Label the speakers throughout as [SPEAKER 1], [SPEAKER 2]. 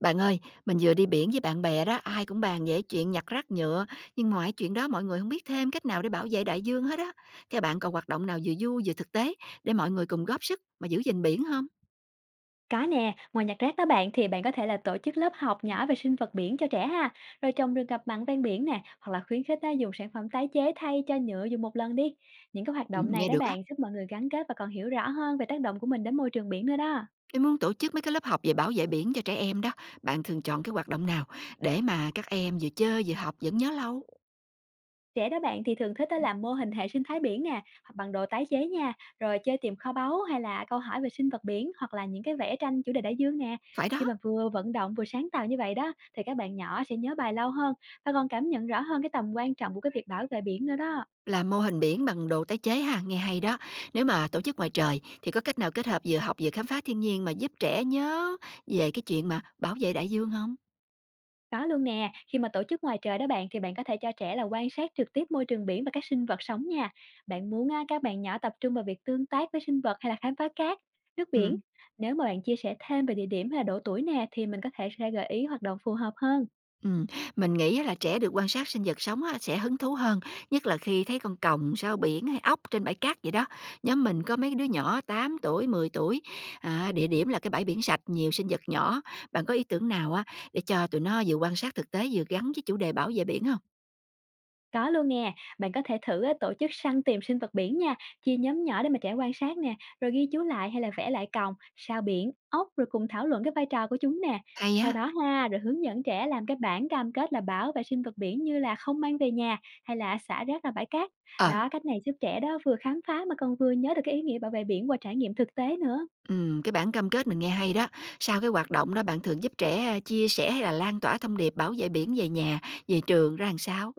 [SPEAKER 1] Bạn ơi, mình vừa đi biển với bạn bè đó, ai cũng bàn về chuyện nhặt rác nhựa, nhưng ngoài chuyện đó mọi người không biết thêm cách nào để bảo vệ đại dương hết á. Theo bạn còn hoạt động nào vừa vui vừa thực tế để mọi người cùng góp sức mà giữ gìn biển không?
[SPEAKER 2] Có nè, ngoài nhặt rác đó bạn thì bạn có thể là tổ chức lớp học nhỏ về sinh vật biển cho trẻ ha, rồi trồng rừng ngập mặn ven biển nè, hoặc là khuyến khích á, dùng sản phẩm tái chế thay cho nhựa dùng một lần đi. Những cái hoạt
[SPEAKER 1] Ừ,
[SPEAKER 2] động này
[SPEAKER 1] nghe
[SPEAKER 2] đó
[SPEAKER 1] được á.
[SPEAKER 2] bạn giúp mọi người gắn kết và còn hiểu rõ hơn về tác động của mình đến môi trường biển nữa đó.
[SPEAKER 1] Tôi muốn tổ chức mấy cái lớp học về bảo vệ biển cho trẻ em đó. Bạn thường chọn cái hoạt động nào để mà các em vừa chơi vừa học vẫn nhớ lâu?
[SPEAKER 2] Trẻ đó bạn thì thường thích á làm mô hình hệ sinh thái biển nè, hoặc bằng đồ tái chế nha, rồi chơi tìm kho báu hay là câu hỏi về sinh vật biển hoặc là những cái vẽ tranh chủ đề đại dương nè.
[SPEAKER 1] Phải đó,
[SPEAKER 2] Khi mà vừa vận động vừa sáng tạo như vậy đó thì các bạn nhỏ sẽ nhớ bài lâu hơn và còn cảm nhận rõ hơn cái tầm quan trọng của cái việc bảo vệ biển nữa đó.
[SPEAKER 1] là mô hình biển bằng đồ tái chế ha, nghe hay đó. Nếu mà tổ chức ngoài trời thì có cách nào kết hợp vừa học vừa khám phá thiên nhiên mà giúp trẻ nhớ về cái chuyện mà bảo vệ đại dương không?
[SPEAKER 2] Có luôn nè, khi mà tổ chức ngoài trời đó bạn thì bạn có thể cho trẻ là quan sát trực tiếp môi trường biển và các sinh vật sống nha. Bạn muốn á, các bạn nhỏ tập trung vào việc tương tác với sinh vật hay là khám phá cát, nước biển.
[SPEAKER 1] Ừm,
[SPEAKER 2] Nếu mà bạn chia sẻ thêm về địa điểm hay là độ tuổi nè thì mình có thể sẽ gợi ý hoạt động phù hợp hơn.
[SPEAKER 1] ừm, mình nghĩ á là trẻ được quan sát sinh vật sống á sẽ hứng thú hơn, nhất là khi thấy con còng, sao biển hay ốc trên bãi cát vậy đó. Nhóm mình có mấy đứa nhỏ 8 tuổi, 10 tuổi, à, địa điểm là cái bãi biển sạch, nhiều sinh vật nhỏ. Bạn có ý tưởng nào á để cho tụi nó vừa quan sát thực tế vừa gắn với chủ đề bảo vệ biển không?
[SPEAKER 2] Có luôn nè, bạn có thể thử á, tổ chức săn tìm sinh vật biển nha, chia nhóm nhỏ để mà trẻ quan sát nè, rồi ghi chú lại hay là vẽ lại còng, sao biển, ốc rồi cùng thảo luận cái vai trò của chúng nè.
[SPEAKER 1] Hay
[SPEAKER 2] Sau
[SPEAKER 1] á.
[SPEAKER 2] đó ha, rồi hướng dẫn trẻ làm cái bản cam kết là bảo vệ sinh vật biển như là không mang về nhà hay là xả rác ra bãi cát.
[SPEAKER 1] Ờ,
[SPEAKER 2] Đó, cách này giúp trẻ đó vừa khám phá mà còn vừa nhớ được cái ý nghĩa bảo vệ biển qua trải nghiệm thực tế nữa.
[SPEAKER 1] cái bản cam kết mình nghe hay đó. Sau cái hoạt động đó bạn thường giúp trẻ à, chia sẻ hay là lan tỏa thông điệp bảo vệ biển về nhà, về trường ra làm sao?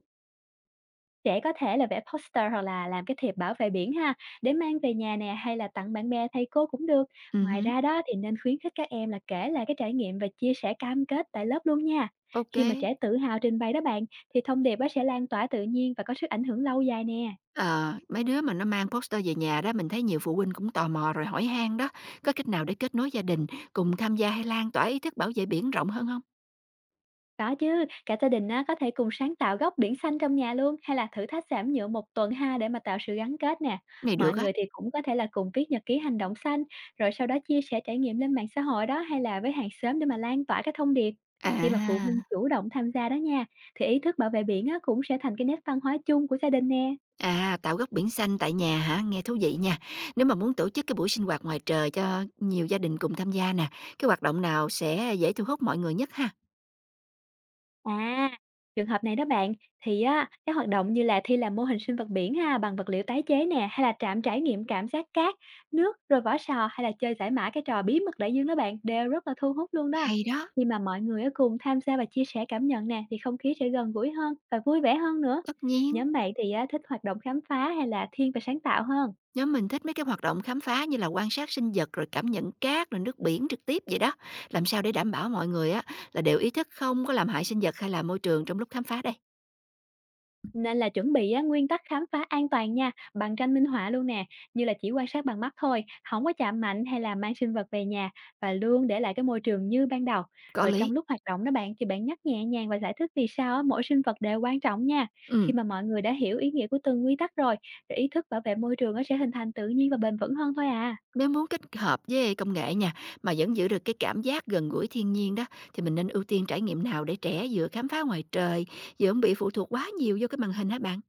[SPEAKER 2] Trẻ có thể là vẽ poster hoặc là làm cái thiệp bảo vệ biển ha, để mang về nhà nè hay là tặng bạn bè, thầy cô cũng được.
[SPEAKER 1] Ừ
[SPEAKER 2] Ngoài
[SPEAKER 1] hứm.
[SPEAKER 2] ra đó thì nên khuyến khích các em là kể lại cái trải nghiệm và chia sẻ cam kết tại lớp luôn nha. Khi mà
[SPEAKER 1] Ô.
[SPEAKER 2] trẻ tự hào trình bày đó bạn, thì thông điệp nó sẽ lan tỏa tự nhiên và có sức ảnh hưởng lâu dài nè.
[SPEAKER 1] Ờ, mấy đứa mà nó mang poster về nhà đó, mình thấy nhiều phụ huynh cũng tò mò rồi hỏi han đó, có cách nào để kết nối gia đình cùng tham gia hay lan tỏa ý thức bảo vệ biển rộng hơn không?
[SPEAKER 2] Có chứ, cả gia đình á, có thể cùng sáng tạo góc biển xanh trong nhà luôn hay là thử thách giảm nhựa một tuần ha để mà tạo sự gắn kết nè.
[SPEAKER 1] Này
[SPEAKER 2] Mọi
[SPEAKER 1] được á.
[SPEAKER 2] người thì cũng có thể là cùng viết nhật ký hành động xanh rồi sau đó chia sẻ trải nghiệm lên mạng xã hội đó hay là với hàng xóm để mà lan tỏa cái thông điệp. Khi mà phụ huynh
[SPEAKER 1] À,
[SPEAKER 2] chủ động tham gia đó nha thì ý thức bảo vệ biển á, cũng sẽ thành cái nét văn hóa chung của gia đình nè.
[SPEAKER 1] tạo góc biển xanh tại nhà hả? Nghe thú vị nha. Nếu mà muốn tổ chức cái buổi sinh hoạt ngoài trời cho nhiều gia đình cùng tham gia nè, cái hoạt động nào sẽ dễ thu hút mọi người nhất ha?
[SPEAKER 2] À, trường hợp này đó bạn, thì á, các hoạt động như là thi làm mô hình sinh vật biển ha, bằng vật liệu tái chế nè, hay là trạm trải nghiệm cảm giác cát, nước, rồi vỏ sò, hay là chơi giải mã cái trò bí mật đại dương đó bạn, đều rất là thu hút luôn đó.
[SPEAKER 1] Hay đó.
[SPEAKER 2] Khi mà mọi người á cùng tham gia và chia sẻ cảm nhận nè, thì không khí sẽ gần gũi hơn và vui vẻ hơn nữa.
[SPEAKER 1] Tất nhiên.
[SPEAKER 2] Nhóm bạn thì á, thích hoạt động khám phá hay là thiên về sáng tạo hơn?
[SPEAKER 1] Nhóm mình thích mấy cái hoạt động khám phá như là quan sát sinh vật rồi cảm nhận cát rồi nước biển trực tiếp vậy đó. Làm sao để đảm bảo mọi người á là đều ý thức không có làm hại sinh vật hay là môi trường trong lúc khám phá đây?
[SPEAKER 2] Nên là chuẩn bị á, nguyên tắc khám phá an toàn nha, bằng tranh minh họa luôn nè, như là chỉ quan sát bằng mắt thôi, không có chạm mạnh hay là mang sinh vật về nhà và luôn để lại cái môi trường như ban đầu.
[SPEAKER 1] Có
[SPEAKER 2] Rồi trong
[SPEAKER 1] lý.
[SPEAKER 2] lúc hoạt động đó bạn thì bạn nhắc nhẹ nhàng và giải thích vì sao á, mỗi sinh vật đều quan trọng nha. Khi
[SPEAKER 1] Ừ,
[SPEAKER 2] mà mọi người đã hiểu ý nghĩa của từng quy tắc rồi, thì ý thức bảo vệ môi trường nó sẽ hình thành tự nhiên và bền vững hơn thôi à.
[SPEAKER 1] nếu muốn kết hợp với công nghệ nha mà vẫn giữ được cái cảm giác gần gũi thiên nhiên đó thì mình nên ưu tiên trải nghiệm nào để trẻ vừa khám phá ngoài trời vừa không bị phụ thuộc quá nhiều vô cái màn hình hả bạn?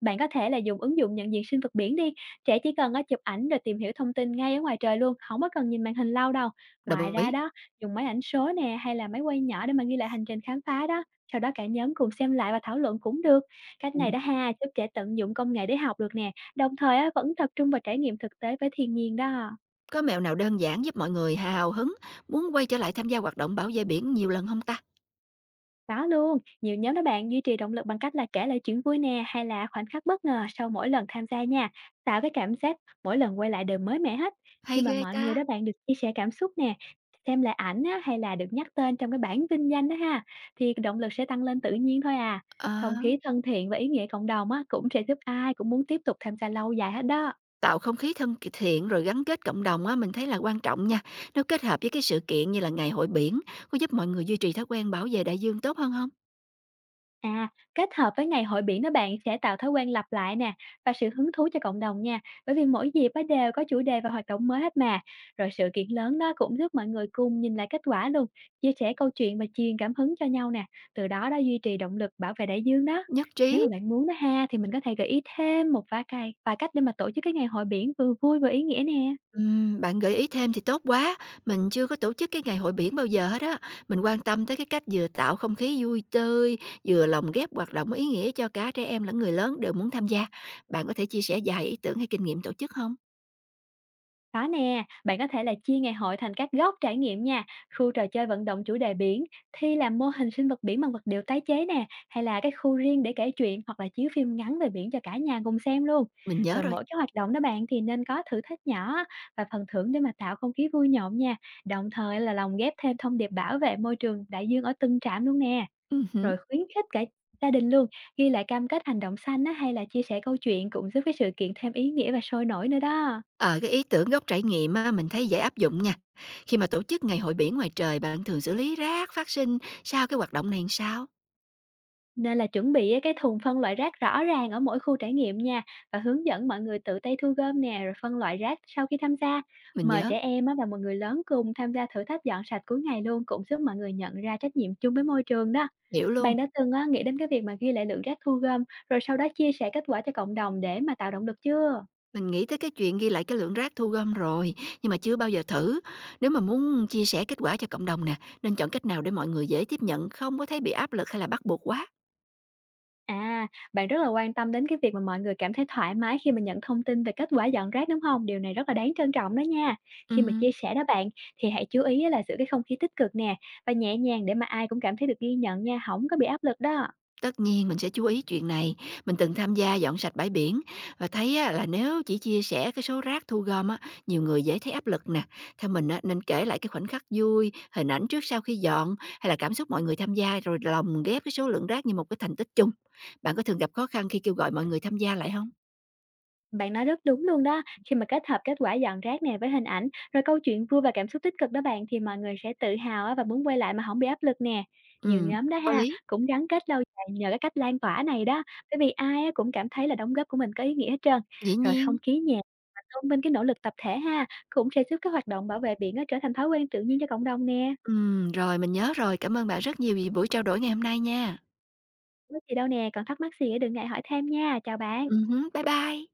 [SPEAKER 2] Bạn có thể là dùng ứng dụng nhận diện sinh vật biển đi, trẻ chỉ cần á, chụp ảnh rồi tìm hiểu thông tin ngay ở ngoài trời luôn, không có cần nhìn màn hình lâu đâu. Ngoài
[SPEAKER 1] Đồng
[SPEAKER 2] ra
[SPEAKER 1] ý.
[SPEAKER 2] đó, dùng máy ảnh số nè hay là máy quay nhỏ để mà ghi lại hành trình khám phá đó, sau đó cả nhóm cùng xem lại và thảo luận cũng được. Cách này
[SPEAKER 1] Ừ.
[SPEAKER 2] đã ha, giúp trẻ tận dụng công nghệ để học được nè, đồng thời á, vẫn tập trung vào trải nghiệm thực tế với thiên nhiên đó.
[SPEAKER 1] Có mẹo nào đơn giản giúp mọi người hào hứng muốn quay trở lại tham gia hoạt động bảo vệ biển nhiều lần không ta?
[SPEAKER 2] Có luôn, nhiều nhóm đó bạn duy trì động lực bằng cách là kể lại chuyện vui nè hay là khoảnh khắc bất ngờ sau mỗi lần tham gia nha, tạo cái cảm giác mỗi lần quay lại đều mới mẻ hết.
[SPEAKER 1] Hay
[SPEAKER 2] Khi mà
[SPEAKER 1] ghê
[SPEAKER 2] mọi
[SPEAKER 1] ta.
[SPEAKER 2] người đó bạn được chia sẻ cảm xúc nè, xem lại ảnh á, hay là được nhắc tên trong cái bảng vinh danh đó ha, thì động lực sẽ tăng lên tự nhiên thôi à.
[SPEAKER 1] Ờ.
[SPEAKER 2] Không khí thân thiện và ý nghĩa cộng đồng á, cũng sẽ giúp ai cũng muốn tiếp tục tham gia lâu dài hết đó.
[SPEAKER 1] Tạo không khí thân thiện rồi gắn kết cộng đồng á, mình thấy là quan trọng nha. Nếu kết hợp với cái sự kiện như là ngày hội biển, có giúp mọi người duy trì thói quen bảo vệ đại dương tốt hơn không?
[SPEAKER 2] À, kết hợp với ngày hội biển đó bạn sẽ tạo thói quen lặp lại nè và sự hứng thú cho cộng đồng nha. Bởi vì mỗi dịp á đều có chủ đề và hoạt động mới hết mà. Rồi sự kiện lớn đó cũng giúp mọi người cùng nhìn lại kết quả luôn, chia sẻ câu chuyện và truyền cảm hứng cho nhau nè. Từ đó đã duy trì động lực bảo vệ đại dương đó.
[SPEAKER 1] Nhất
[SPEAKER 2] Nếu mà
[SPEAKER 1] trí.
[SPEAKER 2] bạn muốn đó ha thì mình có thể gợi ý thêm một vài cách để mà tổ chức cái ngày hội biển vừa vui vừa ý nghĩa nè.
[SPEAKER 1] Bạn gợi ý thêm thì tốt quá. Mình chưa có tổ chức cái ngày hội biển bao giờ hết á. Mình quan tâm tới cái cách vừa tạo không khí vui tươi, vừa lồng ghép hoạt động ý nghĩa cho cả trẻ em lẫn người lớn đều muốn tham gia. Bạn có thể chia sẻ vài ý tưởng hay kinh nghiệm tổ chức không?
[SPEAKER 2] Có nè, bạn có thể là chia ngày hội thành các góc trải nghiệm nha, khu trò chơi vận động chủ đề biển, thi làm mô hình sinh vật biển bằng vật liệu tái chế nè, hay là cái khu riêng để kể chuyện hoặc là chiếu phim ngắn về biển cho cả nhà cùng xem luôn.
[SPEAKER 1] Mình nhớ
[SPEAKER 2] Rồi
[SPEAKER 1] rồi.
[SPEAKER 2] mỗi cái hoạt động đó bạn thì nên có thử thách nhỏ á, và phần thưởng để mà tạo không khí vui nhộn nha, đồng thời là lồng ghép thêm thông điệp bảo vệ môi trường đại dương ở từng trạm luôn nè,
[SPEAKER 1] Hứm.
[SPEAKER 2] rồi khuyến khích cả gia đình luôn, ghi lại cam kết hành động xanh á, hay là chia sẻ câu chuyện cũng giúp cái sự kiện thêm ý nghĩa và sôi nổi nữa đó.
[SPEAKER 1] Ờ, cái ý tưởng gốc trải nghiệm á, mình thấy dễ áp dụng nha. Khi mà tổ chức ngày hội biển ngoài trời, bạn thường xử lý rác phát sinh sau cái hoạt động này làm sao?
[SPEAKER 2] Nên là chuẩn bị á cái thùng phân loại rác rõ ràng ở mỗi khu trải nghiệm nha và hướng dẫn mọi người tự tay thu gom nè rồi phân loại rác sau khi tham gia.
[SPEAKER 1] Mình
[SPEAKER 2] Mời
[SPEAKER 1] nhớ,
[SPEAKER 2] trẻ em á và mọi người lớn cùng tham gia thử thách dọn sạch cuối ngày luôn cũng giúp mọi người nhận ra trách nhiệm chung với môi trường đó.
[SPEAKER 1] hiểu luôn.
[SPEAKER 2] Bạn đã từng á, nghĩ đến cái việc mà ghi lại lượng rác thu gom rồi sau đó chia sẻ kết quả cho cộng đồng để mà tạo động lực chưa?
[SPEAKER 1] Mình nghĩ tới cái chuyện ghi lại cái lượng rác thu gom rồi, nhưng mà chưa bao giờ thử. Nếu mà muốn chia sẻ kết quả cho cộng đồng nè, nên chọn cách nào để mọi người dễ tiếp nhận, không có thấy bị áp lực hay là bắt buộc quá.
[SPEAKER 2] À, bạn rất là quan tâm đến cái việc mà mọi người cảm thấy thoải mái khi mà nhận thông tin về kết quả dọn rác, đúng không? Điều này rất là đáng trân trọng đó nha. Khi mà
[SPEAKER 1] Ừ.
[SPEAKER 2] chia sẻ đó bạn, thì hãy chú ý á là giữ cái không khí tích cực nè, và nhẹ nhàng để mà ai cũng cảm thấy được ghi nhận nha, không có bị áp lực đó.
[SPEAKER 1] Tất nhiên mình sẽ chú ý chuyện này, mình từng tham gia dọn sạch bãi biển và thấy á, là nếu chỉ chia sẻ cái số rác thu gom á, nhiều người dễ thấy áp lực nè. Theo mình á, nên kể lại cái khoảnh khắc vui, hình ảnh trước sau khi dọn hay là cảm xúc mọi người tham gia rồi lồng ghép cái số lượng rác như một cái thành tích chung. Bạn có thường gặp khó khăn khi kêu gọi mọi người tham gia lại không?
[SPEAKER 2] Bạn nói rất đúng luôn đó, khi mà kết hợp kết quả dọn rác nè với hình ảnh, rồi câu chuyện vui và cảm xúc tích cực đó bạn thì mọi người sẽ tự hào á và muốn quay lại mà không bị áp lực nè. Nhiều nhóm đó
[SPEAKER 1] Có
[SPEAKER 2] ha,
[SPEAKER 1] lý,
[SPEAKER 2] cũng gắn kết lâu dài nhờ cái cách lan tỏa này đó, bởi vì ai á cũng cảm thấy là đóng góp của mình có ý nghĩa hết trơn.
[SPEAKER 1] dĩ
[SPEAKER 2] Rồi không
[SPEAKER 1] nhiên.
[SPEAKER 2] khí nhẹ và tôn vinh cái nỗ lực tập thể ha, cũng sẽ giúp các hoạt động bảo vệ biển á trở thành thói quen tự nhiên cho cộng đồng nè.
[SPEAKER 1] Rồi mình nhớ rồi, cảm ơn bạn rất nhiều vì buổi trao đổi ngày hôm nay nha.
[SPEAKER 2] Có gì đâu nè, còn thắc mắc gì á đừng ngại hỏi thêm nha, chào bạn.
[SPEAKER 1] Hứm, bye bye.